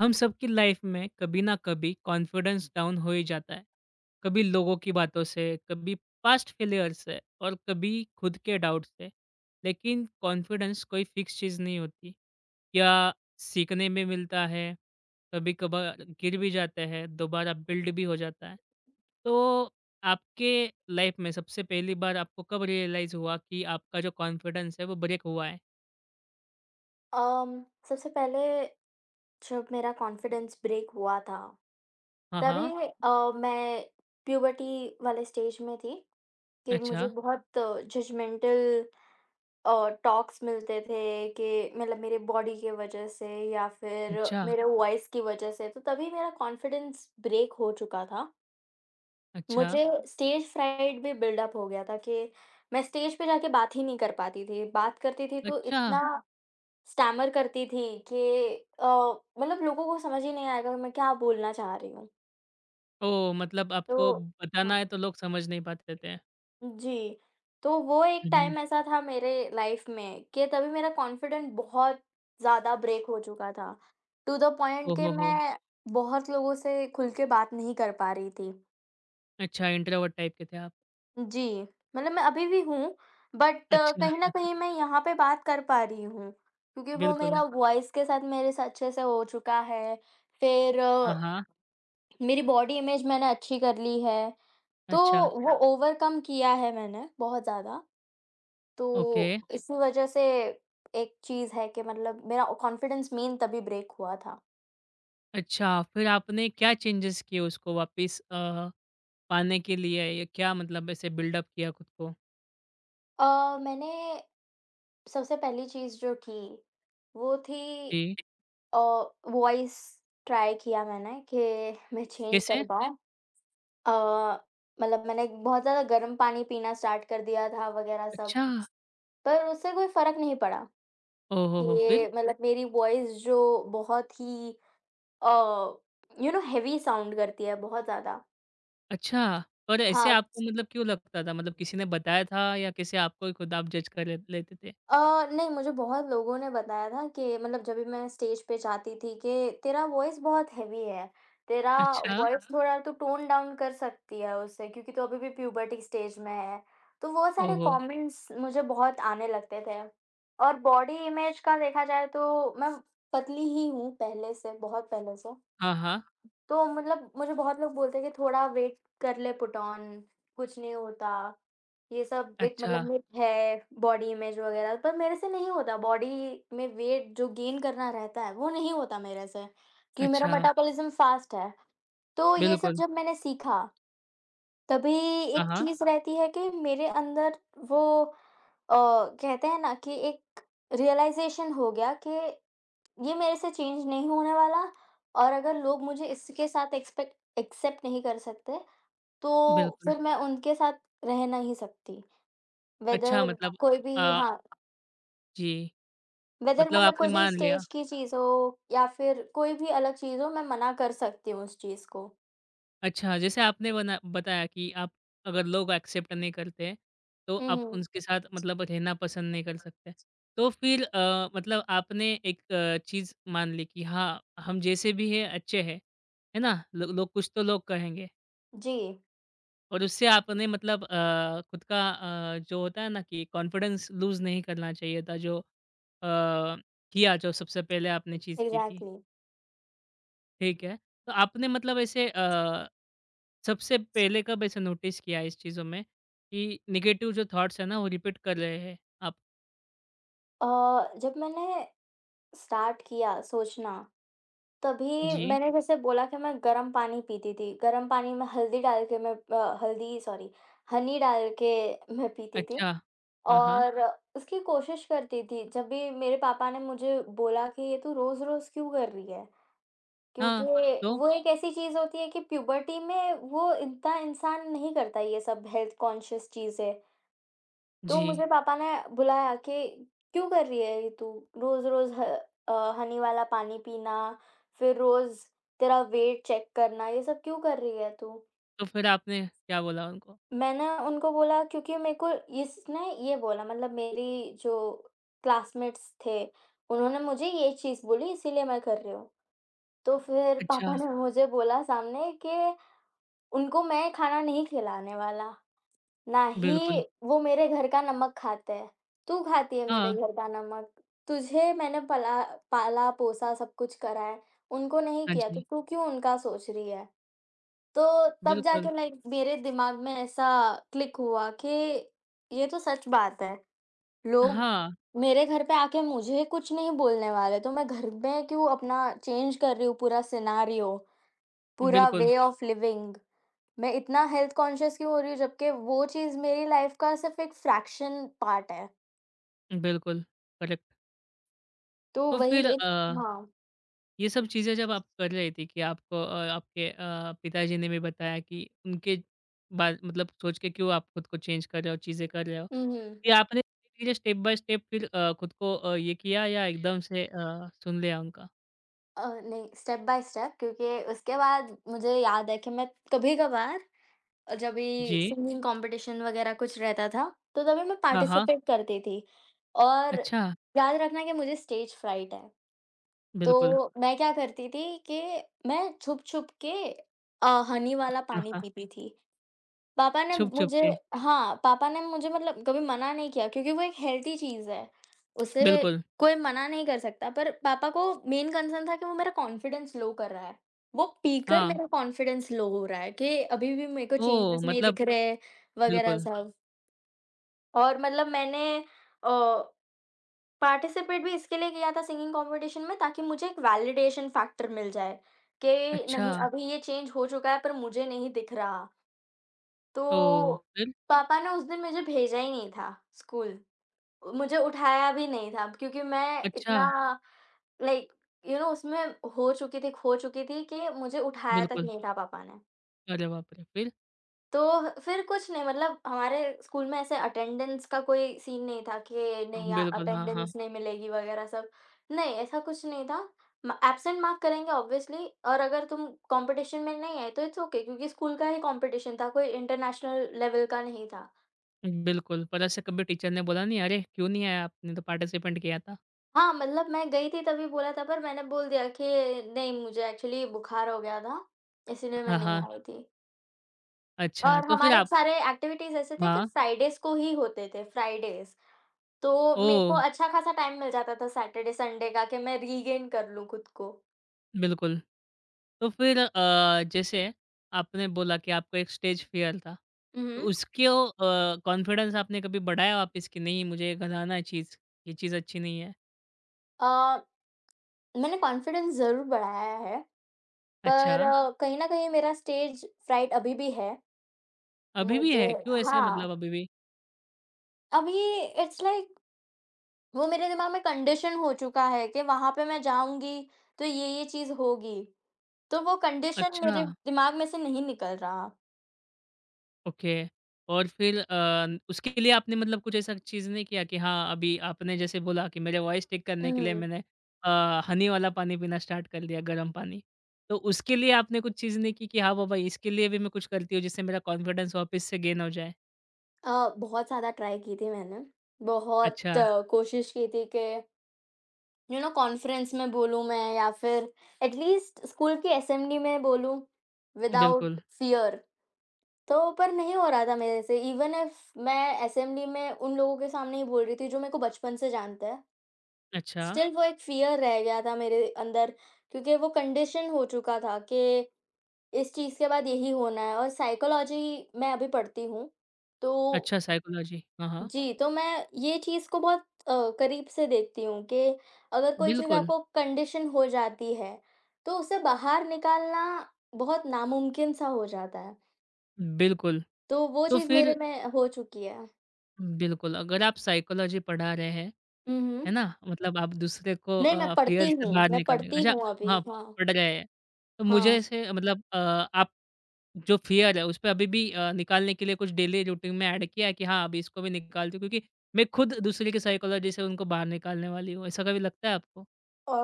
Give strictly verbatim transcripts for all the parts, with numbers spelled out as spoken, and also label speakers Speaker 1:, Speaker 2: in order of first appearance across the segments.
Speaker 1: हम सबकी लाइफ में कभी ना कभी कॉन्फिडेंस डाउन हो ही जाता है। कभी लोगों की बातों से, कभी पास्ट फेलियर से, और कभी खुद के डाउट से। लेकिन कॉन्फिडेंस कोई फिक्स चीज़ नहीं होती, या सीखने में मिलता है। कभी कभार गिर भी जाते हैं, दोबारा बिल्ड भी हो जाता है। तो आपके लाइफ में सबसे पहली बार आपको कब रियलाइज हुआ कि आपका जो कॉन्फिडेंस है वो ब्रेक हुआ है?
Speaker 2: अम, सबसे पहले जब मेरा कॉन्फिडेंस ब्रेक हुआ था
Speaker 1: हाँ,
Speaker 2: तभी
Speaker 1: हाँ।
Speaker 2: अ, मैं प्यूबर्टी वाले स्टेज में थी कि मुझे
Speaker 1: अच्छा।
Speaker 2: बहुत जजमेंटल टॉक्स मिलते थे कि मतलब मेरे बॉडी के वजह से या फिर
Speaker 1: अच्छा।
Speaker 2: मेरे वॉइस की वजह से तो तभी मेरा कॉन्फिडेंस ब्रेक हो चुका था।
Speaker 1: अच्छा।
Speaker 2: मुझे स्टेज फ्राइड भी बिल्डअप हो गया था कि मैं स्टेज पे जाके बात ही नहीं कर पाती थी। बात करती थी तो
Speaker 1: अच्छा।
Speaker 2: इतना स्टैमर करती थी कि अ, मतलब लोगों को समझ ही नहीं आएगा कि मैं क्या बोलना चाह रही हूँ।
Speaker 1: ओह! मतलब
Speaker 2: तो
Speaker 1: आपको बताना
Speaker 2: हाँ,
Speaker 1: है तो लोग समझ नहीं पाते थे।
Speaker 2: जी। तो वो एक
Speaker 1: हुँ,
Speaker 2: टाइम
Speaker 1: हुँ।
Speaker 2: ऐसा था मेरे लाइफ़ में कि तभी मेरा कॉन्फिडेंट बहुत ज़्यादा ब्रेक हो चुका था। टू द पॉइंट
Speaker 1: ओह
Speaker 2: कि
Speaker 1: हो, हो!
Speaker 2: मैं बहुत लोगों से खुल के बात नहीं कर पा रही थी।
Speaker 1: अच्छा, इंट्रोवर्ट टाइप के थे आप।
Speaker 2: जी, मतलब मैं अभी भी हूँ, बट
Speaker 1: अच्छा,
Speaker 2: कहीं न कहीं मैं यहाँ पे बात कर पा रही हूँ, क्योंकि वो
Speaker 1: बिल्कुल।
Speaker 2: मेरा वॉइस के साथ मेरे से अच्छे से हो चुका है। फिर
Speaker 1: हाँ, हाँ।
Speaker 2: मेरी बॉडी इमेज मैंने अच्छी कर ली है, तो
Speaker 1: अच्छा,
Speaker 2: वो अच्छा। ओवरकम किया है मैंने बहुत ज़्यादा,
Speaker 1: ओके।
Speaker 2: तो इसी वज़ह से एक चीज़ है कि मतलब मेरा कॉन्फिडेंस मेन तभी ब्रेक हुआ था।
Speaker 1: अच्छा, फिर आपने क्या चेंजेस किए उसको वापस अ, पाने के लिए? या क्या मतलब ऐसे बिल्डअप किया खुद को?
Speaker 2: अ, मैंने सबसे पहली चीज़ जो की, वो थी
Speaker 1: जी,
Speaker 2: अ, वॉइस। ट्राई किया मैंने कि मैं चेंज कर ठीक
Speaker 1: कैसे?
Speaker 2: है। पाऊँ। अ, मतलब मैंने बहुत ज़्यादा गर्म पानी पीना स्टार्ट कर दिया था वग़ैरह सब,
Speaker 1: अच्छा!
Speaker 2: पर उससे कोई फ़र्क नहीं पड़ा।
Speaker 1: ओह हो, हो!
Speaker 2: ये
Speaker 1: फिर?
Speaker 2: मतलब मेरी वॉइस जो बहुत ही अ, यू नो हेवी साउंड करती है बहुत ज़्यादा।
Speaker 1: अच्छा, पर ऐसे
Speaker 2: हाँ,
Speaker 1: आपको मतलब क्यों लगता था? मतलब किसी ने बताया था या कैसे आपको ही खुद आप जज कर ले लेते थे?
Speaker 2: अ, नहीं मुझे बहुत लोगों ने बताया था कि मतलब जब भी मैं स्टेज पे जाती थी कि तेरा वॉइस बहुत हेवी है, तेरा
Speaker 1: अच्छा,
Speaker 2: वॉइस अच्छा। थोड़ा तू टोन डाउन कर सकती है उससे क्योंकि तू अभी भी प्यूबर्टी स्टेज में है। तो वो
Speaker 1: ओह
Speaker 2: सारे
Speaker 1: हो!
Speaker 2: कमेंट्स मुझे बहुत आने लगते थे और बॉडी इमेज का देखा जाए तो मैं पतली ही हूँ पहले से, बहुत पहले से।
Speaker 1: हाँ, हाँ।
Speaker 2: तो मतलब मुझे बहुत लोग बोलते हैं कि थोड़ा वेट कर ले पुट ऑन, कुछ नहीं होता। ये सब एक मतलब
Speaker 1: अच्छा,
Speaker 2: मिथ है बॉडी इमेज वगैरह पर मेरे से नहीं होता। बॉडी में वेट जो गेन करना रहता है वो नहीं होता मेरे से, क्योंकि मेरा अच्छा।
Speaker 1: अच्छा,
Speaker 2: मेटाबॉलिज़्म फ़ास्ट है। तो ये सब
Speaker 1: बिल्कुल।
Speaker 2: जब मैंने सीखा, तभी
Speaker 1: हाँ,
Speaker 2: एक
Speaker 1: हाँ,
Speaker 2: चीज़ रहती है कि मेरे अंदर वो अ, कहते हैं ना कि एक रियलाइज़ेशन हो गया कि ये मेरे से चेंज नहीं होने वाला और अगर लोग मुझे इसके साथ एक्सपेक्ट एक्सेप्ट नहीं कर सकते, तो
Speaker 1: बिल्कुल।
Speaker 2: फिर मैं उनके साथ रह नहीं सकती।
Speaker 1: अच्छा,
Speaker 2: वेदर
Speaker 1: मतलब
Speaker 2: कोई भी
Speaker 1: अ,
Speaker 2: हाँ,
Speaker 1: जी,
Speaker 2: वेदर
Speaker 1: मतलब
Speaker 2: मतलब कोई
Speaker 1: आपने
Speaker 2: भी
Speaker 1: मान लिया।
Speaker 2: स्टेज की चीज़ हो या फिर कोई भी अलग चीज़ हो, मैं मना कर सकती हूँ उस चीज़ को।
Speaker 1: अच्छा, जैसे आपने बना बताया कि आप अगर लोग एक्सेप्ट नहीं करते हैं, तो
Speaker 2: हुँ,
Speaker 1: आप
Speaker 2: हुँ।
Speaker 1: उनके साथ मतलब रहना पसंद नहीं कर सकते। तो फिर अ, मतलब आपने एक अ, चीज़ मान ली कि हाँ, हम जैसे भी हैं अच्छे हैं, है ना? लो लोग, कुछ तो लोग कहेंगे,
Speaker 2: जी,
Speaker 1: और उससे आपने मतलब अ, खुद का अ, जो होता है ना कि कॉन्फिडेंस लूज़ नहीं करना चाहिए था, जो अ, किया जो सबसे पहले आपने चीज़ की थी।
Speaker 2: एग्ज़ैक्टली।
Speaker 1: ठीक है। तो आपने मतलब ऐसे अ, सबसे पहले कब ऐसे नोटिस किया इस चीज़ों में कि नेगेटिव जो थॉट्स है ना वो रिपीट कर रहे हैं आप?
Speaker 2: अ, जब मैंने स्टार्ट किया सोचना तभी
Speaker 1: जी।
Speaker 2: मैंने जैसे बोला कि मैं गर्म पानी पीती थी, गर्म पानी में हल्दी डाल के मैं अ, हल्दी सॉरी हनी डाल के मैं पीती थी
Speaker 1: अच्छा। हाँ, हाँ।
Speaker 2: और उसकी कोशिश करती थी। जब भी मेरे पापा ने मुझे बोला कि ये तू रोज़-रोज़ क्यों कर रही है? क्योंकि
Speaker 1: हाँ, तो?
Speaker 2: वो एक ऐसी चीज़ होती है कि प्यूबर्टी में वो इतना इंसान नहीं करता ये सब हेल्थ कॉन्शियस चीज़ें। तो
Speaker 1: जी।
Speaker 2: मुझे पापा ने बुलाया कि क्यों कर रही है ये तू रोज-रोज ह अ, हनी वाला पानी पीना, फिर रोज तेरा वेट चेक करना, ये सब क्यों कर रही है तू?
Speaker 1: तो फिर आपने क्या बोला उनको?
Speaker 2: मैंने उनको बोला क्योंकि मेरे को इसने ये बोला मतलब मेरी जो क्लासमेट्स थे, उन्होंने मुझे ये चीज़ बोली इसीलिए मैं कर रही हूँ। तो फिर
Speaker 1: अच्छा,
Speaker 2: पापा ने मुझे बोला सामने कि उनको मैं खाना नहीं खिलाने वाला।
Speaker 1: बिल्कुल।
Speaker 2: नहीं, वो मेरे घर का नमक खाते हैं। तू खाती है
Speaker 1: हाँ,
Speaker 2: मेरे घर का नमक। तुझे मैंने पला पाला-पोसा सब कुछ करा है, उनको नहीं
Speaker 1: हाँ,
Speaker 2: किया तो
Speaker 1: जी,
Speaker 2: तू क्यों उनका सोच रही है? तो तब जाके
Speaker 1: बिल्कुल।
Speaker 2: लाइक मेरे दिमाग में ऐसा क्लिक हुआ कि ये तो सच बात है। लोग
Speaker 1: हाँ,
Speaker 2: मेरे घर पे आके मुझे कुछ नहीं बोलने वाले, तो मैं घर में क्यों अपना चेंज कर रही हूँ पूरा सिनेरियो, पूरा
Speaker 1: बिल्कुल,
Speaker 2: वे ऑफ लिविंग। मैं इतना हेल्थ कॉन्शियस क्यों हो रही हूँ जबकि वो चीज़ मेरी लाइफ का सिर्फ़ एक फ्रैक्शन पार्ट है।
Speaker 1: बिल्कुल, करेक्ट।
Speaker 2: तो
Speaker 1: तो
Speaker 2: वही
Speaker 1: फिर
Speaker 2: एक
Speaker 1: अ
Speaker 2: हाँ।
Speaker 1: ये सब चीज़ें जब आप कर रही थी कि आपको अ, आपके अ, पिताजी ने भी बताया कि उनके बात मतलब सोच के क्यों आप खुद को चेंज कर रहे हो, चीज़ें कर रहे हो।
Speaker 2: हुँ, हुँ।
Speaker 1: ये आपने धीरे-धीरे स्टेप बाय स्टेप फिर अ, खुद को अ, ये किया या एकदम से अ, सुन लिया उनका?
Speaker 2: अ, नहीं स्टेप बाय स्टेप क्योंकि उसके बाद मुझे याद है कि मैं कभी-कभार अ, जब भी
Speaker 1: जी।
Speaker 2: सिंगिंग कॉम्पिटिशन वग़ैरह कुछ रहता था, तो तभी मैं
Speaker 1: हाँ, हाँ।
Speaker 2: पार्टिसिपेट करती थी। और
Speaker 1: अच्छा,
Speaker 2: याद रखना कि मुझे स्टेज फ्राइट है।
Speaker 1: बिल्कुल।
Speaker 2: तो मैं क्या करती थी कि मैं छुप-छुप के अ, हनी वाला
Speaker 1: हाँ,
Speaker 2: पानी
Speaker 1: हाँ।
Speaker 2: पीती थी। पापा ने
Speaker 1: छुप-छुप
Speaker 2: मुझे
Speaker 1: के।
Speaker 2: हाँ, पापा ने मुझे मतलब कभी मना नहीं किया क्योंकि वो एक हेल्दी चीज़ है, उसे
Speaker 1: बिल्कुल,
Speaker 2: कोई मना नहीं कर सकता। पर पापा को मेन कंसर्न था कि वो मेरा कॉन्फिडेंस लो कर रहा है। वो पीकर
Speaker 1: हाँ।
Speaker 2: मेरा कॉन्फिडेंस लो हो रहा है कि अभी भी मेरे को
Speaker 1: ओह!
Speaker 2: चेंजेस नहीं
Speaker 1: मतलब
Speaker 2: दिख रहे वगैरह
Speaker 1: बिल्कुल।
Speaker 2: सब। और मतलब मैंने अ, पार्टिसिपेट भी इसके लिए किया था सिंगिंग कॉम्पिटिशन में ताकि मुझे एक वैलिडेशन फैक्टर मिल जाए कि
Speaker 1: अच्छा,
Speaker 2: नहीं अभी ये चेंज हो चुका है पर मुझे नहीं दिख रहा। तो
Speaker 1: ओह! फिर?
Speaker 2: पापा ने उस दिन मुझे भेजा ही नहीं था स्कूल। मुझे उठाया भी नहीं था क्योंकि मैं इतना
Speaker 1: अच्छा,
Speaker 2: लाइक यू नो उसमें हो चुकी थी, खो चुकी थी कि मुझे उठाया तक
Speaker 1: बिल्कुल।
Speaker 2: नहीं था पापा ने।
Speaker 1: अरे बाप रे! फिर?
Speaker 2: तो फिर कुछ नहीं मतलब हमारे स्कूल में ऐसे अटेंडेंस का कोई सीन नहीं था कि नहीं या
Speaker 1: बिल्कुल, हाँ,
Speaker 2: अटेंडेंस
Speaker 1: हाँ।
Speaker 2: नहीं मिलेगी वगैरह सब। नहीं, ऐसा कुछ नहीं था। म एब्सेंट मार्क करेंगे ऑब्वियसली और अगर तुम कॉम्पिटिशन में नहीं आए तो इट्स ओके क्योंकि स्कूल का ही कॉम्पिटिशन था, कोई इंटरनेशनल लेवल का नहीं था।
Speaker 1: बिल्कुल, पर ऐसे कभी टीचर ने बोला नहीं, "अरे! क्यों नहीं आया? आपने तो पार्टिसिपेंट किया था।"
Speaker 2: हाँ, मतलब मैं गई थी तभी बोला था पर मैंने बोल दिया कि नहीं मुझे एक्चुअली बुखार हो गया था, इसीलिए मैं
Speaker 1: हाँ,
Speaker 2: नहीं
Speaker 1: हाँ।
Speaker 2: आई थी।
Speaker 1: अच्छा,
Speaker 2: और
Speaker 1: तो फिर
Speaker 2: हमारे
Speaker 1: आप,
Speaker 2: सारे एक्टिविटीज़ ऐसे थे कि
Speaker 1: हाँ।
Speaker 2: फ्राइडेज़ को ही होते थे, फ्राइडेज़। तो मेरे को
Speaker 1: ओह!
Speaker 2: अच्छा खासा टाइम मिल जाता था सैटरडे, संडे का कि मैं रीगेन कर लूँ खुद को।
Speaker 1: बिल्कुल। तो फिर अ, जैसे आपने बोला कि आपको एक स्टेज फ़ियर था,
Speaker 2: हुँ,
Speaker 1: तो
Speaker 2: हुँ।
Speaker 1: उसको अ, कॉन्फिडेंस आपने कभी बढ़ाया वापस कि नहीं, मुझे ये घबराना है चीज़, ये चीज़ अच्छी नहीं है?
Speaker 2: अ, मैंने कॉन्फिडेंस ज़रूर बढ़ाया है,
Speaker 1: अच्छा,
Speaker 2: पर अच्छा। कहीं न कहीं मेरा स्टेज फ्राइट अभी भी है।
Speaker 1: अभी भी
Speaker 2: मुझे
Speaker 1: है? क्यों ऐसे
Speaker 2: हाँ,
Speaker 1: मतलब अभी भी?
Speaker 2: अभी इट्स लाइक वो मेरे दिमाग में कंडीशन हो चुका है कि वहाँ पे मैं जाऊँगी, तो ये-ये चीज़ होगी। तो वो कंडीशन
Speaker 1: अच्छा।
Speaker 2: मेरे अच्छा। दिमाग में से नहीं निकल रहा।
Speaker 1: ओके। और फिर अ, उसके लिए आपने मतलब कुछ ऐसा चीज़ नहीं किया कि हाँ, अभी आपने जैसे बोला कि मेरे वॉइस ठीक करने के लिए
Speaker 2: उहुँ।
Speaker 1: मैंने अ, हनी वाला पानी पीना स्टार्ट कर दिया, गर्म पानी। तो उसके लिए आपने कुछ चीज़ नहीं की कि हाँ बाबा, इसके लिए भी मैं कुछ करती हूँ, जिससे मेरा कॉन्फिडेंस वापस से गेन हो जाए?
Speaker 2: अ, बहुत ज़्यादा ट्राई की थी मैंने। बहुत
Speaker 1: अच्छा,
Speaker 2: अ, कोशिश की थी कि यू नो कॉन्फ्रेंस में बोलूँ मैं या फिर एटलीस्ट स्कूल की असेंबली में बोलूँ
Speaker 1: बिल्कुल।
Speaker 2: Without fear. तो पर नहीं हो रहा था मेरे से इवन इफ मैं असेंबली में उन लोगों के सामने ही बोल रही थी जो मेरे को बचपन से जानते हैं।
Speaker 1: अच्छा,
Speaker 2: स्टिल वो एक फ़ियर रह गया था मेरे अंदर क्योंकि वो कंडीशन हो चुका था कि इस चीज़ के बाद यही होना है और साइकोलॉजी मैं अभी पढ़ती हूँ। तो
Speaker 1: अच्छा साइकोलॉजी। हाँ, हाँ।
Speaker 2: जी, तो मैं ये चीज़ को बहुत अ, करीब से देखती हूँ कि अगर कोई चीज़
Speaker 1: बिल्कुल,
Speaker 2: आपको कंडीशन हो जाती है, तो उससे बाहर निकालना बहुत नामुमकिन सा हो जाता है।
Speaker 1: बिल्कुल।
Speaker 2: तो वो
Speaker 1: तो
Speaker 2: चीज़ मेरे
Speaker 1: फिर
Speaker 2: में हो चुकी है।
Speaker 1: बिल्कुल, अगर आप साइकोलॉजी पढ़ा रहे हैं,
Speaker 2: हुँ, हुँ।
Speaker 1: है ना? मतलब आप दूसरे को
Speaker 2: नहीं, मैं
Speaker 1: अ, फ़ियर
Speaker 2: पढ़ती
Speaker 1: से
Speaker 2: हूँ,
Speaker 1: बाहर
Speaker 2: मैं
Speaker 1: निकालेंगे।
Speaker 2: पढ़ती
Speaker 1: अच्छा,
Speaker 2: हूँ अभी।
Speaker 1: हाँ,
Speaker 2: हाँ,
Speaker 1: पढ़ रहे हैं। तो मुझे
Speaker 2: हाँ।
Speaker 1: ऐसे मतलब अ, आप जो फ़ियर है उस पे अभी भी अ, निकालने के लिए कुछ डेली रूटीन में ऐड किया है कि हाँ, अभी इसको भी निकालती हूँ, क्योंकि मैं खुद दूसरे की साइकोलॉजी से उनको बाहर निकालने वाली हूँ। ऐसा कभी लगता है आपको?
Speaker 2: अ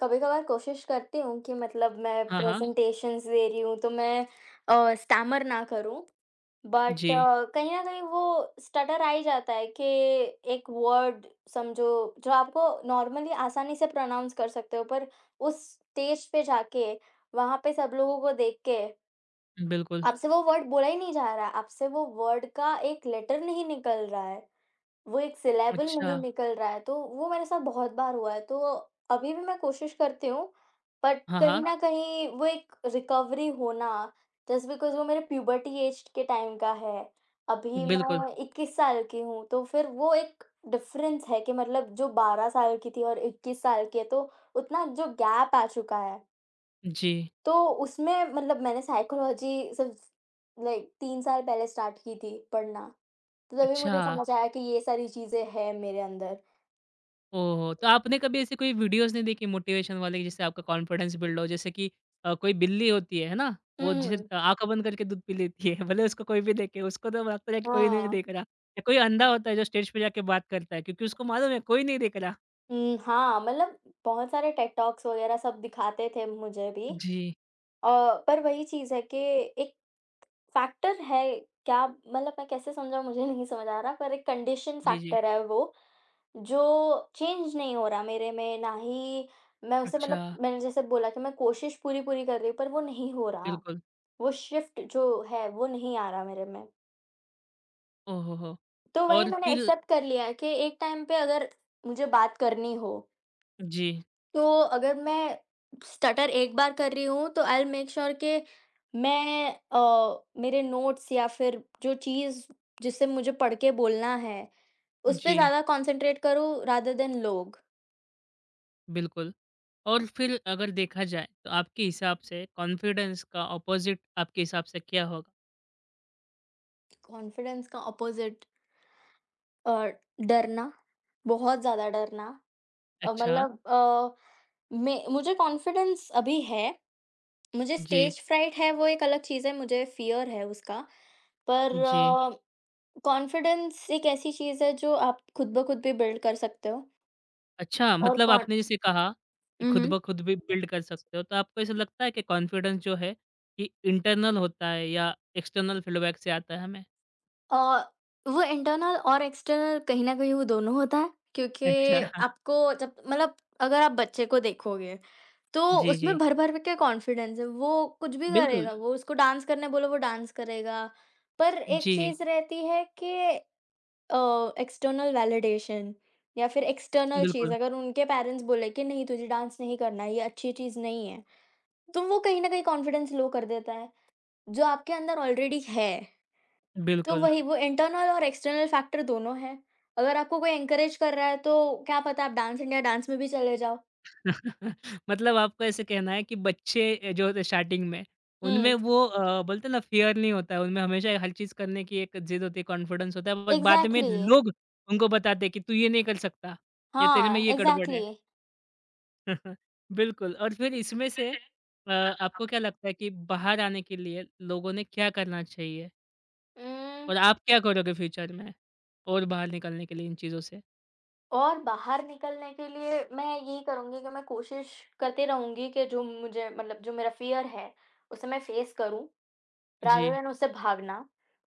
Speaker 2: कभी-कभार कोशिश करती हूँ कि मतलब मैं
Speaker 1: हाँ, हाँ।
Speaker 2: प्रेज़ेंटेशंस दे रही हूँ, तो मैं अ, स्टैमर ना करूँ, बट जी।
Speaker 1: जी,
Speaker 2: कहीं न कहीं वो स्टटर आ ही जाता है कि एक वर्ड समझो, जो आपको नॉर्मली आसानी से प्रोनाउंस कर सकते हो, पर उस स्टेज पे जाके, वहाँ पे सब लोगों को देख के,
Speaker 1: बिल्कुल।
Speaker 2: आपसे वो वर्ड बोला ही नहीं जा रहा है, आपसे वो वर्ड का एक लेटर नहीं निकल रहा है। वो एक सिलेबल
Speaker 1: अच्छा।
Speaker 2: नहीं निकल रहा है, तो वो मेरे साथ बहुत बार हुआ है, तो अभी भी मैं कोशिश करती हूँ, बट हाँ,
Speaker 1: हाँ,
Speaker 2: कहीं
Speaker 1: हाँ।
Speaker 2: हाँ। न कहीं वो एक रिकवरी होना जस्ट बिकॉज़ वो मेरे प्यूबर्टी ऐज के टाइम का है। अभी ठीक।
Speaker 1: बिल्कुल।
Speaker 2: मैं इक्कीस साल की हूँ, तो फिर वो एक डिफ़रेंस है कि मतलब जो बारह साल की थी और इक्कीस साल की है, तो उतना जो गैप आ चुका है,
Speaker 1: जी।
Speaker 2: तो उसमें मतलब मैंने साइकोलॉजी सिर्फ़ लाइक तीन साल पहले स्टार्ट की थी पढ़ना। तो तभी
Speaker 1: अच्छा।
Speaker 2: मुझे समझ आया कि ये सारी चीज़ें हैं मेरे अंदर।
Speaker 1: ओहो! तो आपने कभी ऐसी कोई वीडियोज़ नहीं देखी मोटिवेशन वाली जिससे आपका कॉन्फिडेंस बिल्ड हो? जैसे कि अ, कोई बिल्ली होती है, है ना? वो
Speaker 2: हुँ।
Speaker 1: जैसे आँखें बंद करके दूध पी लेती है, भले उसको कोई भी देखे, उसको तो लगता है कि कोई नहीं
Speaker 2: हाँ।
Speaker 1: देख रहा। या कोई अंधा होता है जो स्टेज पे जाके बात करता है, क्योंकि उसको मालूम है कोई नहीं देख रहा।
Speaker 2: हुँ, हाँ, मतलब बहुत सारे टेड टॉक्स वग़ैरह सब दिखाते थे मुझे भी
Speaker 1: जी,
Speaker 2: अ, पर वही चीज़ है कि एक फैक्टर है क्या मतलब मैं कैसे समझाऊँ मुझे नहीं समझ आ रहा पर एक कंडीशन
Speaker 1: जी, जी।
Speaker 2: फैक्टर है वो, जो चेंज नहीं हो रहा मेरे में ना ही मैं उसे
Speaker 1: अच्छा,
Speaker 2: मतलब मैंने जैसे बोला कि मैं कोशिश पूरी-पूरी कर रही हूँ पर वो नहीं हो रहा।
Speaker 1: बिल्कुल।
Speaker 2: वो शिफ्ट जो है वो नहीं आ रहा मेरे में।
Speaker 1: ओहोहो!
Speaker 2: तो वही
Speaker 1: और
Speaker 2: मैंने
Speaker 1: फिर
Speaker 2: एक्सेप्ट कर लिया है कि एक टाइम पे अगर मुझे बात करनी हो,
Speaker 1: जी,
Speaker 2: तो अगर मैं स्टटर एक बार कर रही हूँ, तो आई विल मेक श्योर कि मैं अ, मेरे नोट्स या फिर जो चीज़ जिसे मुझे पढ़ के बोलना है, उस पे जी।
Speaker 1: जी,
Speaker 2: ज़्यादा कॉन्सन्ट्रेट करूँ रादर देन लोग।
Speaker 1: बिल्कुल। और फिर अगर देखा जाए तो आपके हिसाब से कॉन्फिडेंस का अपोज़िट आपके हिसाब से क्या होगा?
Speaker 2: कॉन्फिडेंस का अपोज़िट अ, डरना, बहुत ज़्यादा डरना अ, अच्छा।
Speaker 1: अच्छा।
Speaker 2: मतलब अ, मैं मुझे कॉन्फिडेंस अभी है। मुझे
Speaker 1: जी,
Speaker 2: स्टेज फ्राइट है वो एक अलग चीज़ है, मुझे फ़ियर है उसका। पर
Speaker 1: जी।
Speaker 2: अ, कॉन्फिडेंस एक ऐसी चीज़ है जो आप खुद ब खुद भी बिल्ड कर सकते हो
Speaker 1: अच्छा,
Speaker 2: और
Speaker 1: मतलब
Speaker 2: कॉन
Speaker 1: आपने जैसे कहा कि
Speaker 2: हुँ,
Speaker 1: खुद
Speaker 2: हुँ।
Speaker 1: ब खुद भी बिल्ड कर सकते हो, तो आपको ऐसा लगता है कि कॉन्फिडेंस जो है कि इंटरनल होता है या एक्सटर्नल फीडबैक से आता है हमें?
Speaker 2: अ, वो इंटरनल और एक्सटर्नल कहीं न कहीं वो दोनों होता है क्योंकि
Speaker 1: अच्छा,
Speaker 2: अच्छा। आपको जब मतलब अगर आप बच्चे को देखोगे तो
Speaker 1: जी,
Speaker 2: उसमें
Speaker 1: जी।
Speaker 2: भर-भर के कॉन्फिडेंस है, वो कुछ भी
Speaker 1: बिल्कुल,
Speaker 2: करेगा, वो उसको डांस करने बोलो वो डांस करेगा। पर एक
Speaker 1: जी,
Speaker 2: चीज़ रहती है कि अ, एक्सटर्नल वैलिडेशन या फिर एक्सटर्नल चीज़
Speaker 1: बिल्कुल,
Speaker 2: अगर उनके पेरेंट्स बोले कि नहीं तुझे डांस नहीं करना है, ये अच्छी चीज़ नहीं है, तो वो कहीं न कहीं कॉन्फिडेंस लो कर देता है, जो आपके अंदर ऑलरेडी है। तो
Speaker 1: बिल्कुल।
Speaker 2: वही वो इंटरनल और एक्सटर्नल फैक्टर दोनों हैं। अगर आपको कोई एनकरेज कर रहा है तो क्या पता आप डांस इंडिया डांस में भी चले जाओ।
Speaker 1: मतलब आपका ऐसे कहना है कि बच्चे अ, जो होते हैं स्टार्टिंग में, उनमें
Speaker 2: हुँ,
Speaker 1: वो अ, बोलते हैं ना फ़ियर नहीं होता है, उनमें हमेशा हर चीज़ करने की एक ज़िद होती है, कॉन्फिडेंस होता है, पर बाद में
Speaker 2: एग्ज़ैक्टली
Speaker 1: लोग उनको बताते हैं कि तू ये नहीं कर सकता या तेरे में
Speaker 2: हाँ,
Speaker 1: ये गड़बड़
Speaker 2: एग्ज़ैक्टली।
Speaker 1: है। बिल्कुल, और फिर इसमें से अ, आपको क्या लगता है कि बाहर आने के लिए लोगों ने क्या करना चाहिए?
Speaker 2: उम
Speaker 1: और आप क्या करोगे फ्यूचर में? और बाहर निकलने के लिए इन चीज़ों से?
Speaker 2: और बाहर निकलने के लिए मैं यही करूँगी कि मैं कोशिश करती रहूँगी कि जो मुझे मतलब जो मेरा फ़ियर है, उसे मैं फ़ेस करूँ,
Speaker 1: जी,
Speaker 2: रादर देन उससे भागना।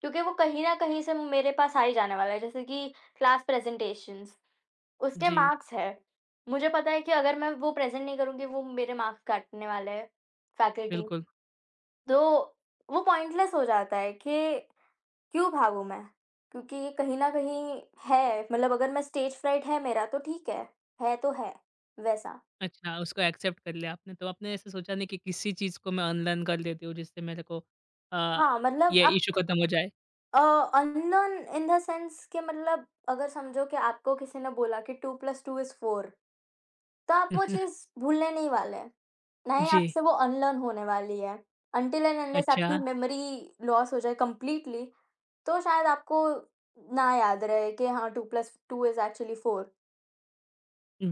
Speaker 2: क्योंकि वो कहीं न कहीं से मेरे पास आ ही जाने वाला है, जैसे कि क्लास प्रेज़ेंटेशंस, उसके
Speaker 1: जी,
Speaker 2: मार्क्स हैं। मुझे पता है कि अगर मैं वो प्रेज़ेंट नहीं करूँगी, वो मेरे मार्क्स काटने वाले हैं, फैकल्टी।
Speaker 1: बिल्कुल।
Speaker 2: तो वो पॉइंटलेस हो जाता है कि क्यों भागूँ मैं? क्योंकि ये कहीं न कहीं है मतलब अगर मैं स्टेज फ्राइट है मेरा तो ठीक है, है तो है, वैसा।
Speaker 1: अच्छा, उसको एक्सेप्ट कर लिया आपने। तो आपने ऐसा सोचा नहीं कि किसी चीज़ को मैं अनलर्न कर लेती हूँ जिससे मेरे को अ,
Speaker 2: हाँ, मतलब
Speaker 1: ये
Speaker 2: आप
Speaker 1: इश्यू खत्म हो जाए?
Speaker 2: अ, अननोन इन द सेंस कि मतलब अगर समझो कि आपको किसी ने बोला कि two plus two is four तो आप वो चीज़ भूलने नहीं वाले, ना ही
Speaker 1: जी।
Speaker 2: आपसे वो अनलर्न होने वाली है। अनटिल एंड अनलेस
Speaker 1: अच्छा,
Speaker 2: आपकी मेमोरी लॉस हो जाए कंप्लीटली, तो शायद आपको ना याद रहे कि हाँ, two plus two is actually four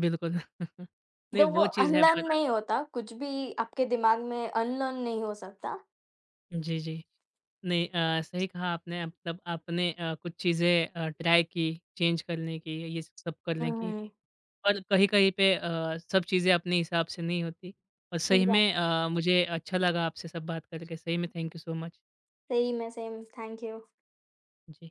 Speaker 1: बिल्कुल। नहीं,
Speaker 2: जब वो
Speaker 1: वो चीज़ है
Speaker 2: अनलर्न
Speaker 1: पर
Speaker 2: नहीं होता, कुछ भी आपके दिमाग में अनलर्न नहीं हो सकता।
Speaker 1: जी, जी। नहीं, अ, सही कहा आपने, मतलब आपने अ, कुछ चीज़ें अ, ट्राई की, चेंज करने की, ये सब
Speaker 2: हुँ,
Speaker 1: करने की,
Speaker 2: हुँ।
Speaker 1: और कहीं-कहीं पे अ, सब चीज़ें अपने हिसाब से नहीं होती, और
Speaker 2: सही
Speaker 1: सही
Speaker 2: बात।
Speaker 1: में अ, मुझे अच्छा लगा आपसे सब बात करके, सही में थैंक यू सो मच।
Speaker 2: सही में सेम, थैंक यू।
Speaker 1: जी।